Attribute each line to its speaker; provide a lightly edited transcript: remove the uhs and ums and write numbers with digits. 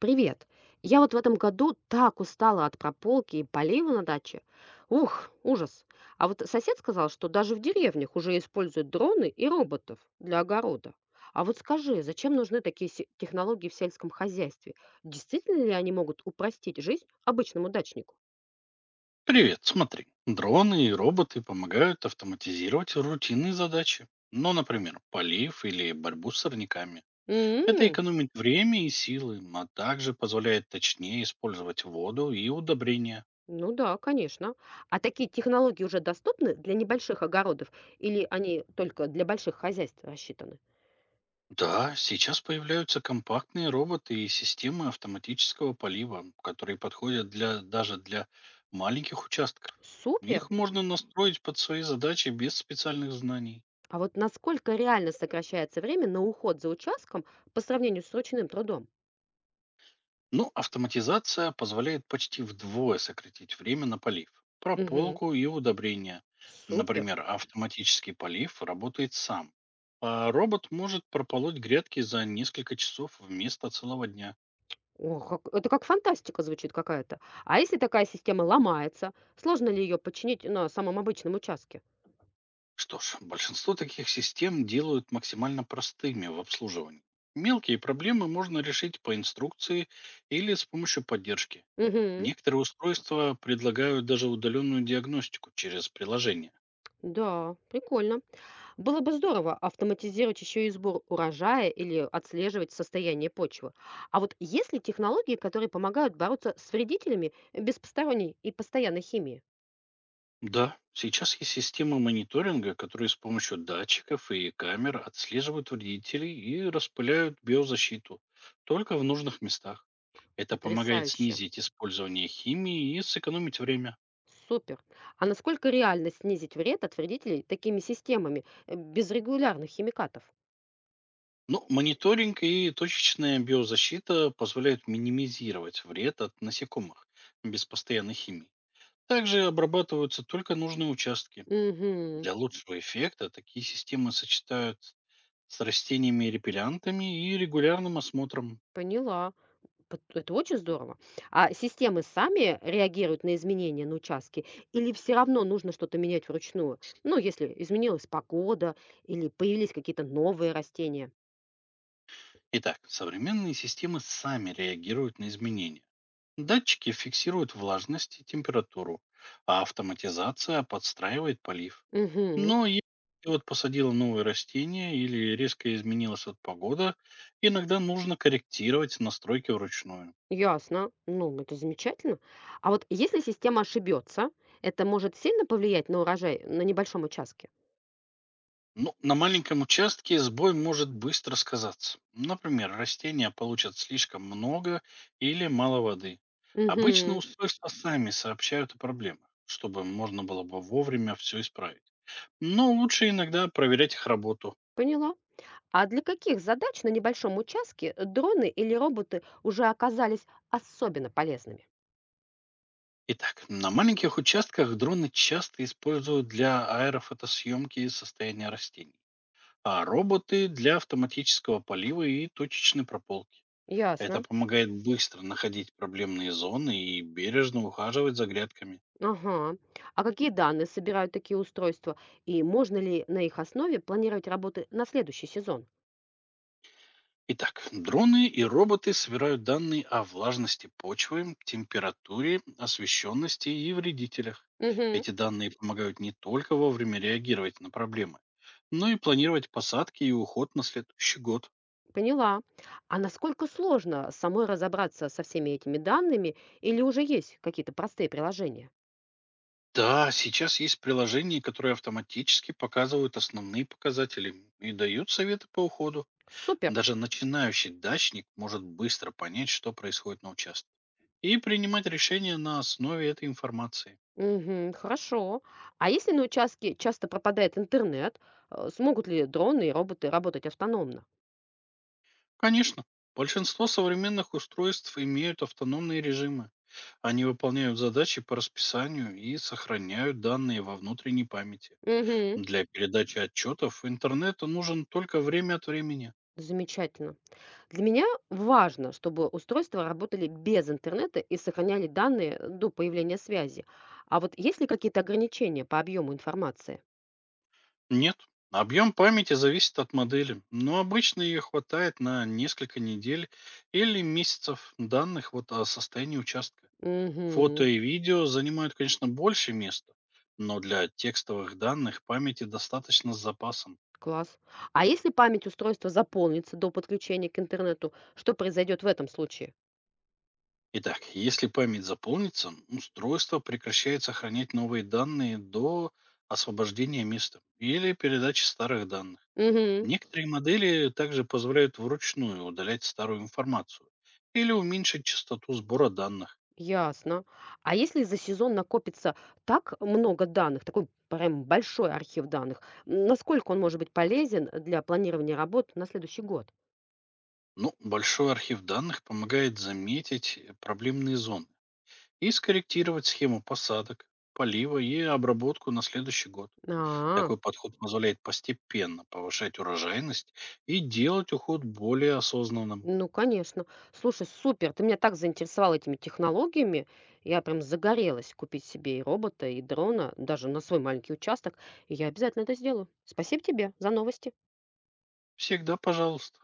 Speaker 1: Привет. Я вот в этом году так устала от прополки и полива на даче. Ух, ужас. А вот сосед сказал, что даже в деревнях уже используют дроны и роботов для огорода. А вот скажи, зачем нужны такие технологии в сельском хозяйстве? Действительно ли они могут упростить жизнь обычному дачнику?
Speaker 2: Привет, смотри. Дроны и роботы помогают автоматизировать рутинные задачи. Ну, например, полив или борьбу с сорняками. Это
Speaker 1: М.
Speaker 2: экономит время и силы, а также позволяет точнее использовать воду и удобрения.
Speaker 1: Ну да, конечно. А такие технологии уже доступны для небольших огородов или они только для больших хозяйств рассчитаны?
Speaker 2: Да, сейчас появляются компактные роботы и системы автоматического полива, которые подходят даже для маленьких участков.
Speaker 1: Супер!
Speaker 2: Их можно настроить под свои задачи без специальных знаний.
Speaker 1: А вот насколько реально сокращается время на уход за участком по сравнению с ручным трудом?
Speaker 2: Ну, автоматизация позволяет почти вдвое сократить время на полив,
Speaker 1: Мгм.
Speaker 2: прополку и удобрения.
Speaker 1: Супер.
Speaker 2: Например, автоматический полив работает сам, а робот может прополоть грядки за несколько часов вместо целого дня.
Speaker 1: О, это как фантастика звучит какая-то. А если такая система ломается, сложно ли ее починить на самом обычном участке?
Speaker 2: Что ж, большинство таких систем делают максимально простыми в обслуживании. Мелкие проблемы можно решить по инструкции или с помощью поддержки.
Speaker 1: Угу.
Speaker 2: Некоторые устройства предлагают даже удаленную диагностику через приложение.
Speaker 1: Да, прикольно. Было бы здорово автоматизировать еще и сбор урожая или отслеживать состояние почвы. А вот есть ли технологии, которые помогают бороться с вредителями без посторонней и постоянной химии?
Speaker 2: Да, сейчас есть системы мониторинга, которые с помощью датчиков и камер отслеживают вредителей и распыляют биозащиту только в нужных местах. Это помогает
Speaker 1: Потрясающе.
Speaker 2: снизить использование химии и сэкономить время.
Speaker 1: Супер. А насколько реально снизить вред от вредителей такими системами без регулярных химикатов?
Speaker 2: Но мониторинг и точечная биозащита позволяют минимизировать вред от насекомых без постоянной химии. Также обрабатываются только нужные участки.
Speaker 1: Угу,
Speaker 2: Для лучшего эффекта такие системы сочетают с растениями-репеллянтами и регулярным осмотром.
Speaker 1: поняла. Это очень здорово. А системы сами реагируют на изменения на участке или все равно нужно что-то менять вручную? Ну, если изменилась погода или появились какие-то новые растения.
Speaker 2: Итак, современные системы сами реагируют на изменения. Датчики фиксируют влажность и температуру, а автоматизация подстраивает полив.
Speaker 1: Угу,
Speaker 2: Но если ты вот посадила новые растения или резко изменилась от погода, иногда нужно корректировать настройки вручную.
Speaker 1: ясно. Ну, это замечательно. А вот если система ошибется, это может сильно повлиять на урожай на небольшом участке?
Speaker 2: Ну, на маленьком участке сбой может быстро сказаться. Например, растения получат слишком много или мало воды. Обычно
Speaker 1: Угу,
Speaker 2: устройства сами сообщают о проблемах, чтобы можно было бы вовремя все исправить. Но лучше иногда проверять их работу.
Speaker 1: поняла. А для каких задач на небольшом участке дроны или роботы уже оказались особенно полезными?
Speaker 2: Итак, на маленьких участках дроны часто используют для аэрофотосъемки состояния растений, а роботы для автоматического полива и точечной прополки. Это
Speaker 1: Ясно.
Speaker 2: помогает быстро находить проблемные зоны и бережно ухаживать за грядками.
Speaker 1: Ага. А какие данные собирают такие устройства? И можно ли на их основе планировать работы на следующий сезон?
Speaker 2: Итак, дроны и роботы собирают данные о влажности почвы, температуре, освещенности и вредителях.
Speaker 1: Угу.
Speaker 2: Эти данные помогают не только вовремя реагировать на проблемы, но и планировать посадки и уход на следующий год.
Speaker 1: Поняла. А насколько сложно самой разобраться со всеми этими данными или уже есть какие-то простые приложения?
Speaker 2: Да, сейчас есть приложения, которые автоматически показывают основные показатели и дают советы по уходу.
Speaker 1: Супер.
Speaker 2: Даже начинающий дачник может быстро понять, что происходит на участке, и принимать решения на основе этой информации.
Speaker 1: Угу, хорошо. А если на участке часто пропадает интернет, смогут ли дроны и роботы работать автономно?
Speaker 2: Конечно, большинство современных устройств имеют автономные режимы. Они выполняют задачи по расписанию и сохраняют данные во внутренней памяти.
Speaker 1: Мгм.
Speaker 2: Для передачи отчетов интернету нужен только время от времени.
Speaker 1: Замечательно. Для меня важно, чтобы устройства работали без интернета и сохраняли данные до появления связи. А вот есть ли какие-то ограничения по объему информации?
Speaker 2: Нет, объем памяти зависит от модели, но обычно ее хватает на несколько недель или месяцев данных вот о состоянии участка. Фото
Speaker 1: Угу.
Speaker 2: и видео занимают, конечно, больше места, но для текстовых данных памяти достаточно с запасом.
Speaker 1: Класс. А если память устройства заполнится до подключения к интернету, что произойдет в этом случае?
Speaker 2: Итак, если память заполнится, устройство прекращает сохранять новые данные до освобождения места или передачи старых данных.
Speaker 1: Угу.
Speaker 2: Некоторые модели также позволяют вручную удалять старую информацию или уменьшить частоту сбора данных.
Speaker 1: Ясно. А если за сезон накопится так много данных, такой прям большой архив данных, м, насколько он может быть полезен для планирования работ на следующий год?
Speaker 2: Но большой архив данных помогает заметить проблемные зоны и скорректировать схему посадок, полива и обработку на следующий год.
Speaker 1: А.
Speaker 2: Такой подход позволяет постепенно повышать урожайность и делать уход более осознанным.
Speaker 1: Ну, конечно. Слушай, супер, ты меня так заинтересовал этими технологиями. Я прям загорелась купить себе и робота, и дрона, даже на свой маленький участок. И я обязательно это сделаю. Спасибо тебе за новости.
Speaker 2: Всегда пожалуйста.